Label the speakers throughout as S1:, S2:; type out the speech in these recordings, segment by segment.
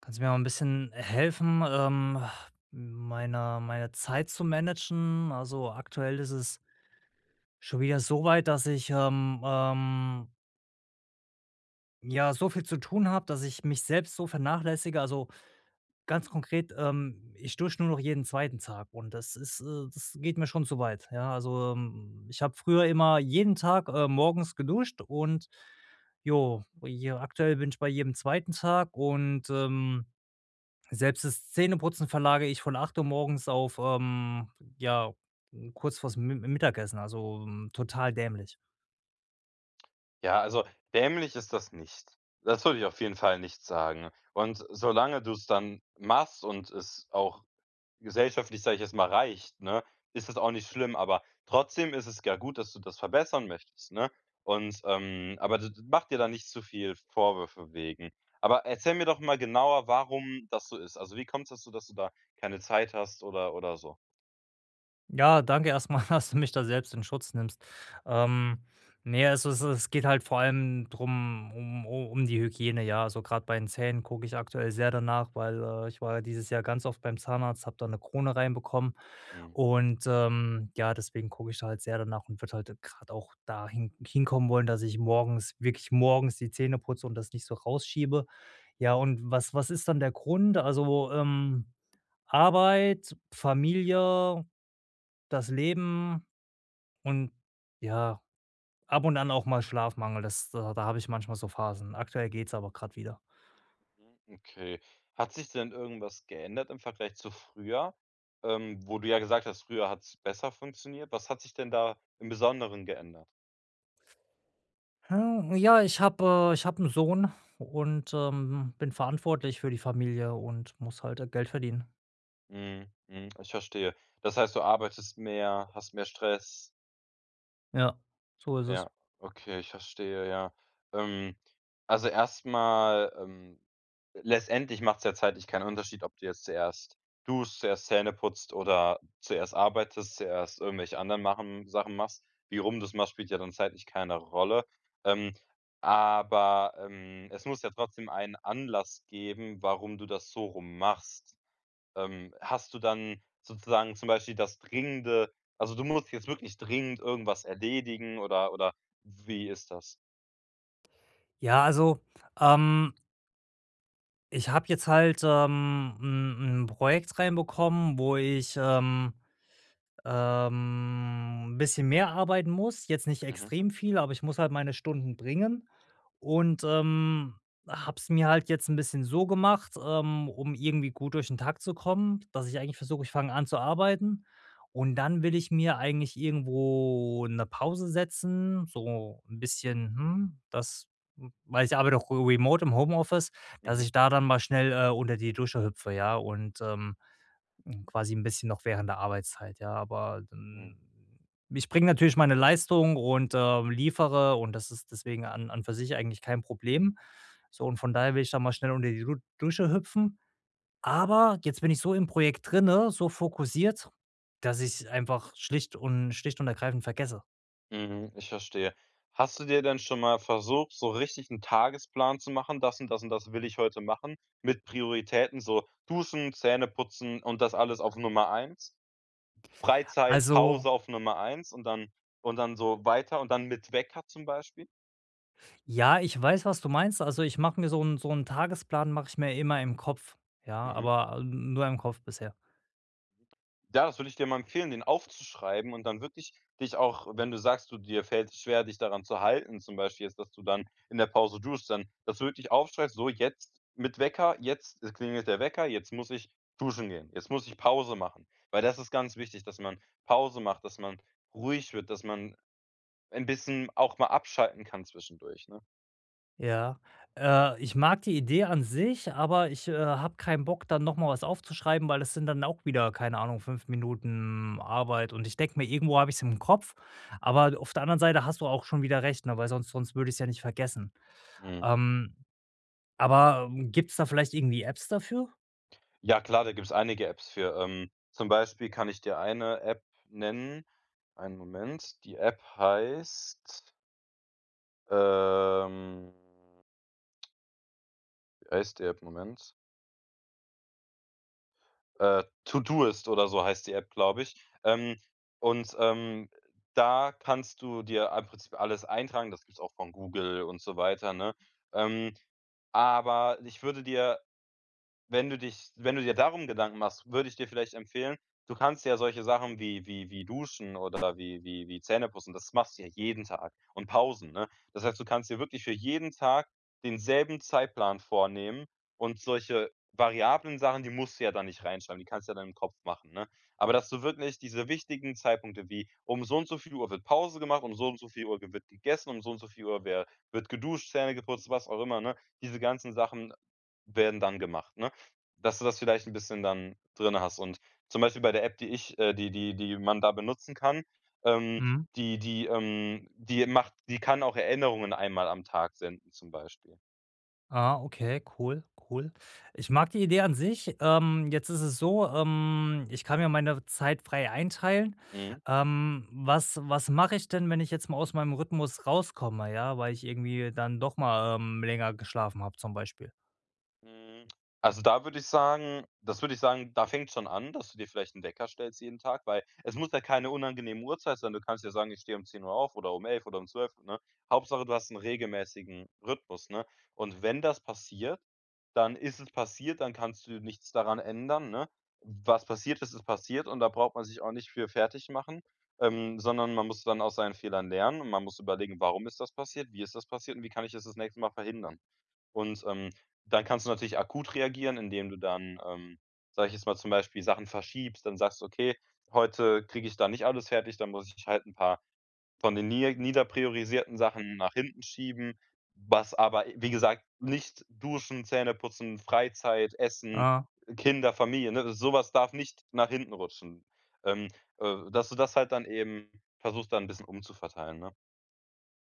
S1: Kannst du mir mal ein bisschen helfen, meine Zeit zu managen? Also, aktuell ist es schon wieder so weit, dass ich, ja, so viel zu tun habe, dass ich mich selbst so vernachlässige. Also, ganz konkret, ich dusche nur noch jeden zweiten Tag und das ist, das geht mir schon zu weit, ja? Also, ich habe früher immer jeden Tag, morgens geduscht und jo, je aktuell bin ich bei jedem zweiten Tag und. Selbst das Zähneputzen verlage ich von 8 Uhr morgens auf, ja, kurz vors Mi Mittagessen, also, total dämlich.
S2: Ja, also dämlich ist das nicht. Das würde ich auf jeden Fall nicht sagen. Und solange du es dann machst und es auch gesellschaftlich, sage ich jetzt mal, reicht, ne, ist das auch nicht schlimm. Aber trotzdem ist es ja gut, dass du das verbessern möchtest, ne? Aber d mach dir da nicht zu viel Vorwürfe wegen. Aber erzähl mir doch mal genauer, warum das so ist. Also, wie kommt es dazu, dass du da keine Zeit hast oder so?
S1: Ja, danke erstmal, dass du mich da selbst in Schutz nimmst. Ähm, ne, also, es geht halt vor allem drum um u um die Hygiene, ja. Also, gerade bei den Zähnen gucke ich aktuell sehr danach, weil, ich war ja dieses Jahr ganz oft beim Zahnarzt, habe da eine Krone reinbekommen.
S2: Mhm.
S1: Und, ja, deswegen gucke ich da halt sehr danach und würde halt gerade auch dahin hinkommen wollen, dass ich morgens wirklich morgens die Zähne putze und das nicht so rausschiebe. Ja, und was ist dann der Grund? Also, Arbeit, Familie, das Leben und ja, ab und an auch mal Schlafmangel. Das da habe ich manchmal so Phasen. Aktuell geht's aber gerade wieder.
S2: Mhm, okay. Hat sich denn irgendwas geändert im Vergleich zu früher? Wo du ja gesagt hast, früher hat es besser funktioniert. Was hat sich denn da im Besonderen geändert?
S1: Ja, ich habe einen Sohn und, bin verantwortlich für die Familie und muss halt, Geld verdienen.
S2: Mhm, mhm, ich verstehe. Das heißt, du arbeitest mehr, hast mehr Stress.
S1: Ja, so ist es.
S2: Ja, okay, ich verstehe, ja. Ähm, also erstmal letztendlich macht's ja zeitlich keinen Unterschied, ob du jetzt zuerst duscht, zuerst Zähne putzt oder zuerst arbeitest, zuerst irgendwelche anderen machen Sachen machst. Wie rum du es machst, spielt ja dann zeitlich keine Rolle. Ähm, aber, es muss ja trotzdem einen Anlass geben, warum du das so rum machst. Hast du dann sozusagen zum Beispiel das Dringende, also, du musst jetzt wirklich dringend irgendwas erledigen oder wie ist das?
S1: Ja, also, ähm, ich habe jetzt halt, 'n Projekt reinbekommen, wo ich 'n bisschen mehr arbeiten muss, jetzt nicht
S2: Mhm,
S1: extrem viel, aber ich muss halt meine Stunden bringen und, habe es mir halt jetzt ein bisschen so gemacht, um irgendwie gut durch den Tag zu kommen, dass ich eigentlich versuche, ich fange an zu arbeiten und dann will ich mir eigentlich irgendwo eine Pause setzen, so ein bisschen, weil ich arbeite auch remote im Homeoffice, dass
S2: mhm,
S1: ich da dann mal schnell, unter die Dusche hüpfe, ja, quasi ein bisschen noch während der Arbeitszeit, ja, aber
S2: mhm,
S1: dann ich bringe natürlich meine Leistung und, liefere und das ist deswegen an für sich eigentlich kein Problem. So und von daher will ich da mal schnell unter die Du Dusche hüpfen. Aber jetzt bin ich so im Projekt drinne, so fokussiert, dass ich einfach schlicht und ergreifend vergesse.
S2: mhm, ich verstehe. Hast du dir denn schon mal versucht, so richtig einen Tagesplan zu machen: „Das und das will ich heute machen“, mit Prioritäten, so Duschen, Zähneputzen und das alles auf Nummer eins. Freizeit,
S1: Also,
S2: Pause auf Nummer eins und dann so weiter und dann mit Wecker zum Beispiel?
S1: ja, ich weiß, was du meinst. Also, ich mache mir so einen Tagesplan mache ich mir immer im Kopf, ja,
S2: Mhm.
S1: aber, nur im Kopf bisher.
S2: Ja, das würde ich dir mal empfehlen, den aufzuschreiben und dann wirklich dich auch, wenn du sagst, du dir fällt es schwer, dich daran zu halten, zum Beispiel jetzt, dass du dann in der Pause duschst, dann, dass du wirklich aufschreibst, so jetzt mit Wecker, jetzt klingelt der Wecker, jetzt muss ich duschen gehen, jetzt muss ich Pause machen. Weil das ist ganz wichtig, dass man Pause macht, dass man ruhig wird, dass man ein bisschen auch mal abschalten kann zwischendurch, ne?
S1: Ja, ich mag die Idee an sich, aber ich, habe keinen Bock, dann noch mal was aufzuschreiben, weil das sind dann auch wieder, keine Ahnung, 5 Minuten Arbeit und ich denke mir, irgendwo habe ich's im Kopf, aber auf der anderen Seite hast du auch schon wieder recht, ne, weil sonst würde ich's ja nicht vergessen.
S2: Mhm.
S1: Ähm, aber gibt's da vielleicht irgendwie Apps dafür?
S2: Ja klar, da gibt's einige Apps für. Zum Beispiel kann ich dir eine App nennen. Einen Moment. Die App heißt, ähm wie heißt die App? Moment. Todoist oder so heißt die App, glaube ich. Ähm, und, ähm, Da kannst du dir im Prinzip alles eintragen. Das gibt's auch von Google und so weiter, ne? Ähm, aber ich würde dir, wenn du dich wenn du dir darum Gedanken machst, würde ich dir vielleicht empfehlen, du kannst ja solche Sachen wie Duschen oder wie Zähneputzen, das machst du ja jeden Tag und Pausen, ne? Das heißt, du kannst dir wirklich für jeden Tag denselben Zeitplan vornehmen und solche variablen Sachen, die musst du ja dann nicht reinschreiben, die kannst du ja dann im Kopf machen, ne? Aber dass du wirklich diese wichtigen Zeitpunkte wie um so und so viel Uhr wird Pause gemacht, um so und so viel Uhr ge wird gegessen, um so und so viel Uhr wer wird geduscht, Zähne geputzt, was auch immer, ne? Diese ganzen Sachen werden dann gemacht, ne? Dass du das vielleicht ein bisschen dann drin hast und zum Beispiel bei der App, die ich die die man da benutzen kann, ähm,
S1: Mhm.
S2: die kann auch Erinnerungen 1 Mal am Tag senden zum Beispiel.
S1: Ah, okay, cool, cool. Ich mag die Idee an sich. Jetzt ist es so, ich kann mir meine Zeit frei einteilen.
S2: Mhm.
S1: Was mache ich denn, wenn ich jetzt mal aus meinem Rhythmus rauskomme, ja, weil ich irgendwie dann doch mal, länger geschlafen habe zum Beispiel?
S2: Hm, also, da würde ich sagen, da fängt schon an, dass du dir vielleicht 'n Wecker stellst jeden Tag, weil es muss ja keine unangenehme Uhrzeit sein. Du kannst ja sagen: „Ich stehe um 10 Uhr auf oder um elf oder um zwölf, ne? Hauptsache, du hast einen regelmäßigen Rhythmus, ne? Und wenn das passiert, dann ist es passiert, dann kannst du nichts daran ändern, ne? Was passiert ist, ist passiert und da braucht man sich auch nicht für fertig machen, sondern man muss dann aus seinen Fehlern lernen und man muss überlegen: „Warum ist das passiert? Wie ist das passiert und wie kann ich es das nächste Mal verhindern?“ und, ähm, Dann kannst du natürlich akut reagieren, indem du dann, sage ich jetzt mal, zum Beispiel Sachen verschiebst, dann sagst: „Okay, heute kriege ich da nicht alles fertig, dann muss ich halt ein paar von den nier niederpriorisierten Sachen nach hinten schieben“, was aber, wie gesagt, nicht Duschen, Zähneputzen, Freizeit, Essen,
S1: Ah,
S2: Kinder, Familie, ne? So darf nicht nach hinten rutschen. Ähm, Dass du das halt dann eben versuchst, dann ein bisschen umzuverteilen, ne?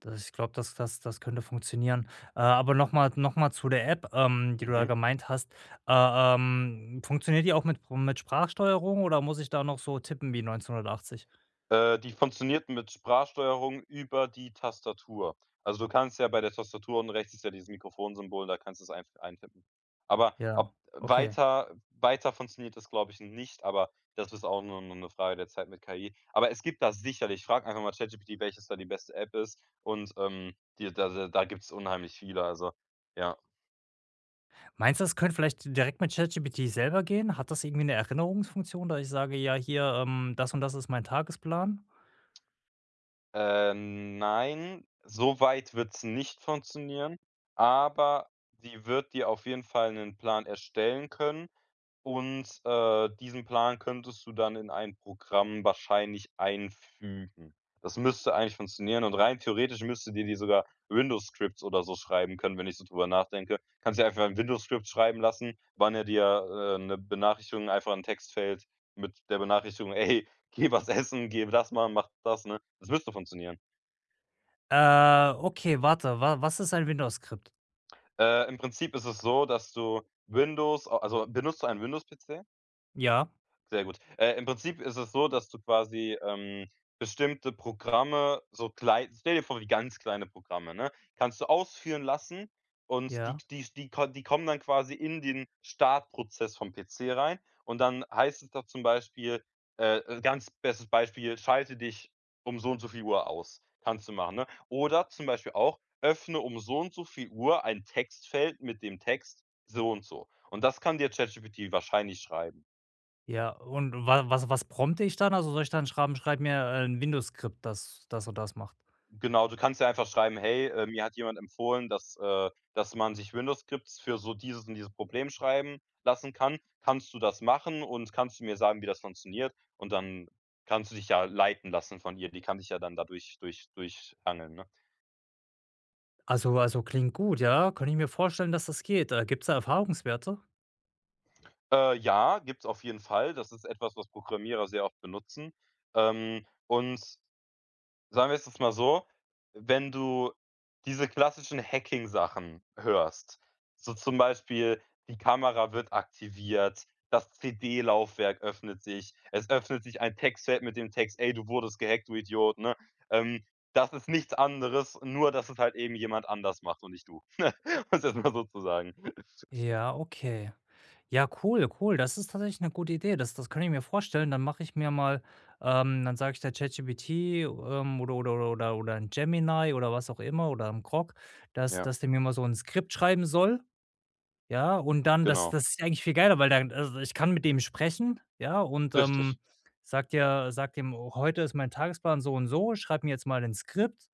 S1: das ich glaube, das könnte funktionieren. Aber noch mal zu der App, die du da
S2: Mhm.
S1: gemeint hast. Äh, Funktioniert die auch mit Sprachsteuerung oder muss ich da noch so tippen wie 1980?
S2: Die funktioniert mit Sprachsteuerung über die Tastatur. Also, du kannst ja bei der Tastatur unten rechts ist ja dieses Mikrofonsymbol, da kannst du es einfach eintippen. Aber
S1: Ja,
S2: ob
S1: okay.
S2: weiter funktioniert das, glaube ich, nicht, aber das ist auch nur 'ne Frage der Zeit mit KI. Aber es gibt da sicherlich, frag einfach mal ChatGPT, welches da die beste App ist und, die da gibt's unheimlich viele, also, ja.
S1: Meinst du, das könnte vielleicht direkt mit ChatGPT selber gehen? Hat das irgendwie eine Erinnerungsfunktion, dass ich sage: „Ja, hier, das und das ist mein Tagesplan?“
S2: Nein, so weit wird's nicht funktionieren, aber sie wird dir auf jeden Fall 'nen Plan erstellen können. Und, diesen Plan könntest du dann in ein Programm wahrscheinlich einfügen. Das müsste eigentlich funktionieren und rein theoretisch müsste dir die sogar Windows-Scripts oder so schreiben können, wenn ich so drüber nachdenke. Kannst dir einfach ein windows Skript schreiben lassen, wann er dir, 'ne Benachrichtigung einfach in Textfeld mit der Benachrichtigung: „Ey, geh was essen, geh das machen, mach das“, ne? Das müsste funktionieren.
S1: Okay, warte, wa was ist ein Windows-Skript?
S2: Im Prinzip ist es so, dass du Windows, also benutzt du einen Windows-PC?
S1: Ja,
S2: Sehr gut. Im Prinzip ist es so, dass du quasi, bestimmte Programme so klei stell dir vor, wie ganz kleine Programme, ne, kannst du ausführen lassen und die
S1: ja,
S2: die die ko die kommen dann quasi in den Startprozess vom PC rein und dann heißt es doch zum Beispiel, ganz bestes Beispiel: „Schalte dich um so und so viel Uhr aus.“ Kannst du machen, ne? Oder zum Beispiel auch: „Öffne um so und so viel Uhr ein Textfeld mit dem Text so und so.“ Und das kann dir ChatGPT wahrscheinlich schreiben.
S1: ja. Und wa was was prompte ich dann? Also, soll ich dann schreiben: „Schreib mir ein Windows-Skript, das das und das macht?“
S2: Genau, du kannst ja einfach schreiben: „Hey, mir hat jemand empfohlen, dass dass man sich Windows-Skripts für so dieses und dieses Problem schreiben lassen kann. Kannst du das machen und kannst du mir sagen, wie das funktioniert?“ Und dann kannst du dich ja leiten lassen von ihr. Die kann dich ja dann dadurch durchangeln, ne?
S1: Also, klingt gut, ja. Könnte ich mir vorstellen, dass das geht. Gibt es da Erfahrungswerte?
S2: Ja, gibt's auf jeden Fall. Das ist etwas, was Programmierer sehr oft benutzen. Ähm, und Sagen wir es jetzt mal so, wenn du diese klassischen Hacking-Sachen hörst, so zum Beispiel die Kamera wird aktiviert, das CD-Laufwerk öffnet sich, es öffnet sich ein Textfeld mit dem Text: „Ey, du wurdest gehackt, du Idiot“, ne? Ähm, Das ist nichts anderes, nur dass es halt eben jemand anders macht und nicht du, um's jetzt mal so zu sagen.
S1: Ja, okay. Ja, cool, cool. Das ist tatsächlich eine gute Idee. Das kann ich mir vorstellen. Dann mache ich mir mal dann sage ich der ChatGPT, oder 'n Gemini oder was auch immer oder ein Grok, dass
S2: Ja,
S1: dass der mir mal so ein Skript schreiben soll. Ja, und dann
S2: genau,
S1: das ist ja eigentlich viel geiler, weil dann also, ich kann mit dem sprechen, ja, und,
S2: richtig.
S1: sagt ihm dem: oh, „Heute ist mein Tagesplan so und so, schreib mir jetzt mal 'nen Skript.“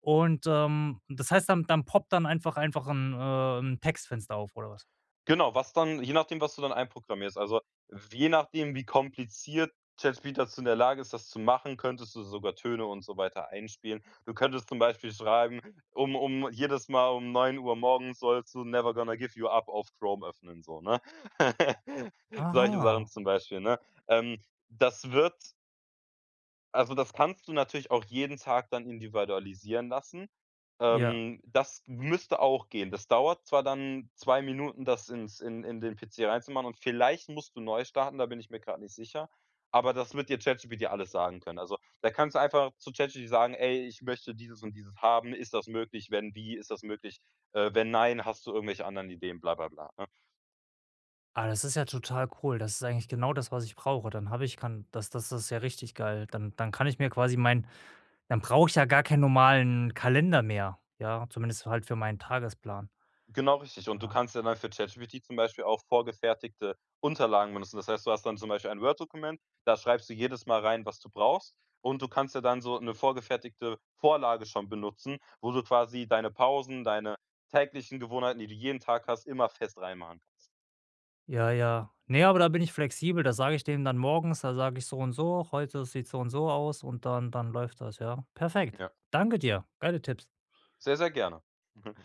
S1: Und, das heißt, dann poppt dann einfach ein 'n Textfenster auf oder was?
S2: Genau, was dann, je nachdem, was du dann einprogrammierst. Also, je nachdem, wie kompliziert ChatGPT dazu in der Lage ist, das zu machen, könntest du sogar Töne und so weiter einspielen. Du könntest zum Beispiel schreiben: „Um um Jedes Mal um 9 Uhr morgens sollst du „Never Gonna Give You Up“ auf Chrome öffnen“, so, ne? Solche Sachen
S1: Aha,
S2: zum Beispiel, ne? Ähm, Das wird, also, das kannst du natürlich auch jeden Tag dann individualisieren lassen.
S1: ja.
S2: Das müsste auch gehen. Das dauert zwar dann 2 Minuten, das ins in den PC reinzumachen und vielleicht musst du neu starten, da bin ich mir gerade nicht sicher, aber das wird dir ChatGPT alles sagen können. Also, da kannst du einfach zu ChatGPT sagen: „Ey, ich möchte dieses und dieses haben. Ist das möglich? Wenn, wie? Ist das möglich? Wenn nein, hast du irgendwelche anderen Ideen?“ Bla bla bla, ne?
S1: Ah, das ist ja total cool. Das ist eigentlich genau das, was ich brauche. Dann habe ich kann das ist ja richtig geil. Dann kann ich mir quasi mein dann brauche ich ja gar keinen normalen Kalender mehr, ja, zumindest halt für meinen Tagesplan,
S2: Genau richtig. Und du
S1: ja.
S2: kannst ja dann für ChatGPT zum Beispiel auch vorgefertigte Unterlagen benutzen. Das heißt, du hast dann zum Beispiel ein Word-Dokument, da schreibst du jedes Mal rein, was du brauchst. Und du kannst ja dann so eine vorgefertigte Vorlage schon benutzen, wo du quasi deine Pausen, deine täglichen Gewohnheiten, die du jeden Tag hast, immer fest reinmachen kannst.
S1: Ja, ja. Ne, aber da bin ich flexibel. Da sage ich dem dann morgens, da sage ich so und so, heute sieht so und so aus und dann läuft das, ja. Perfekt.
S2: Ja,
S1: Danke dir. Geile Tipps.
S2: sehr, sehr gerne.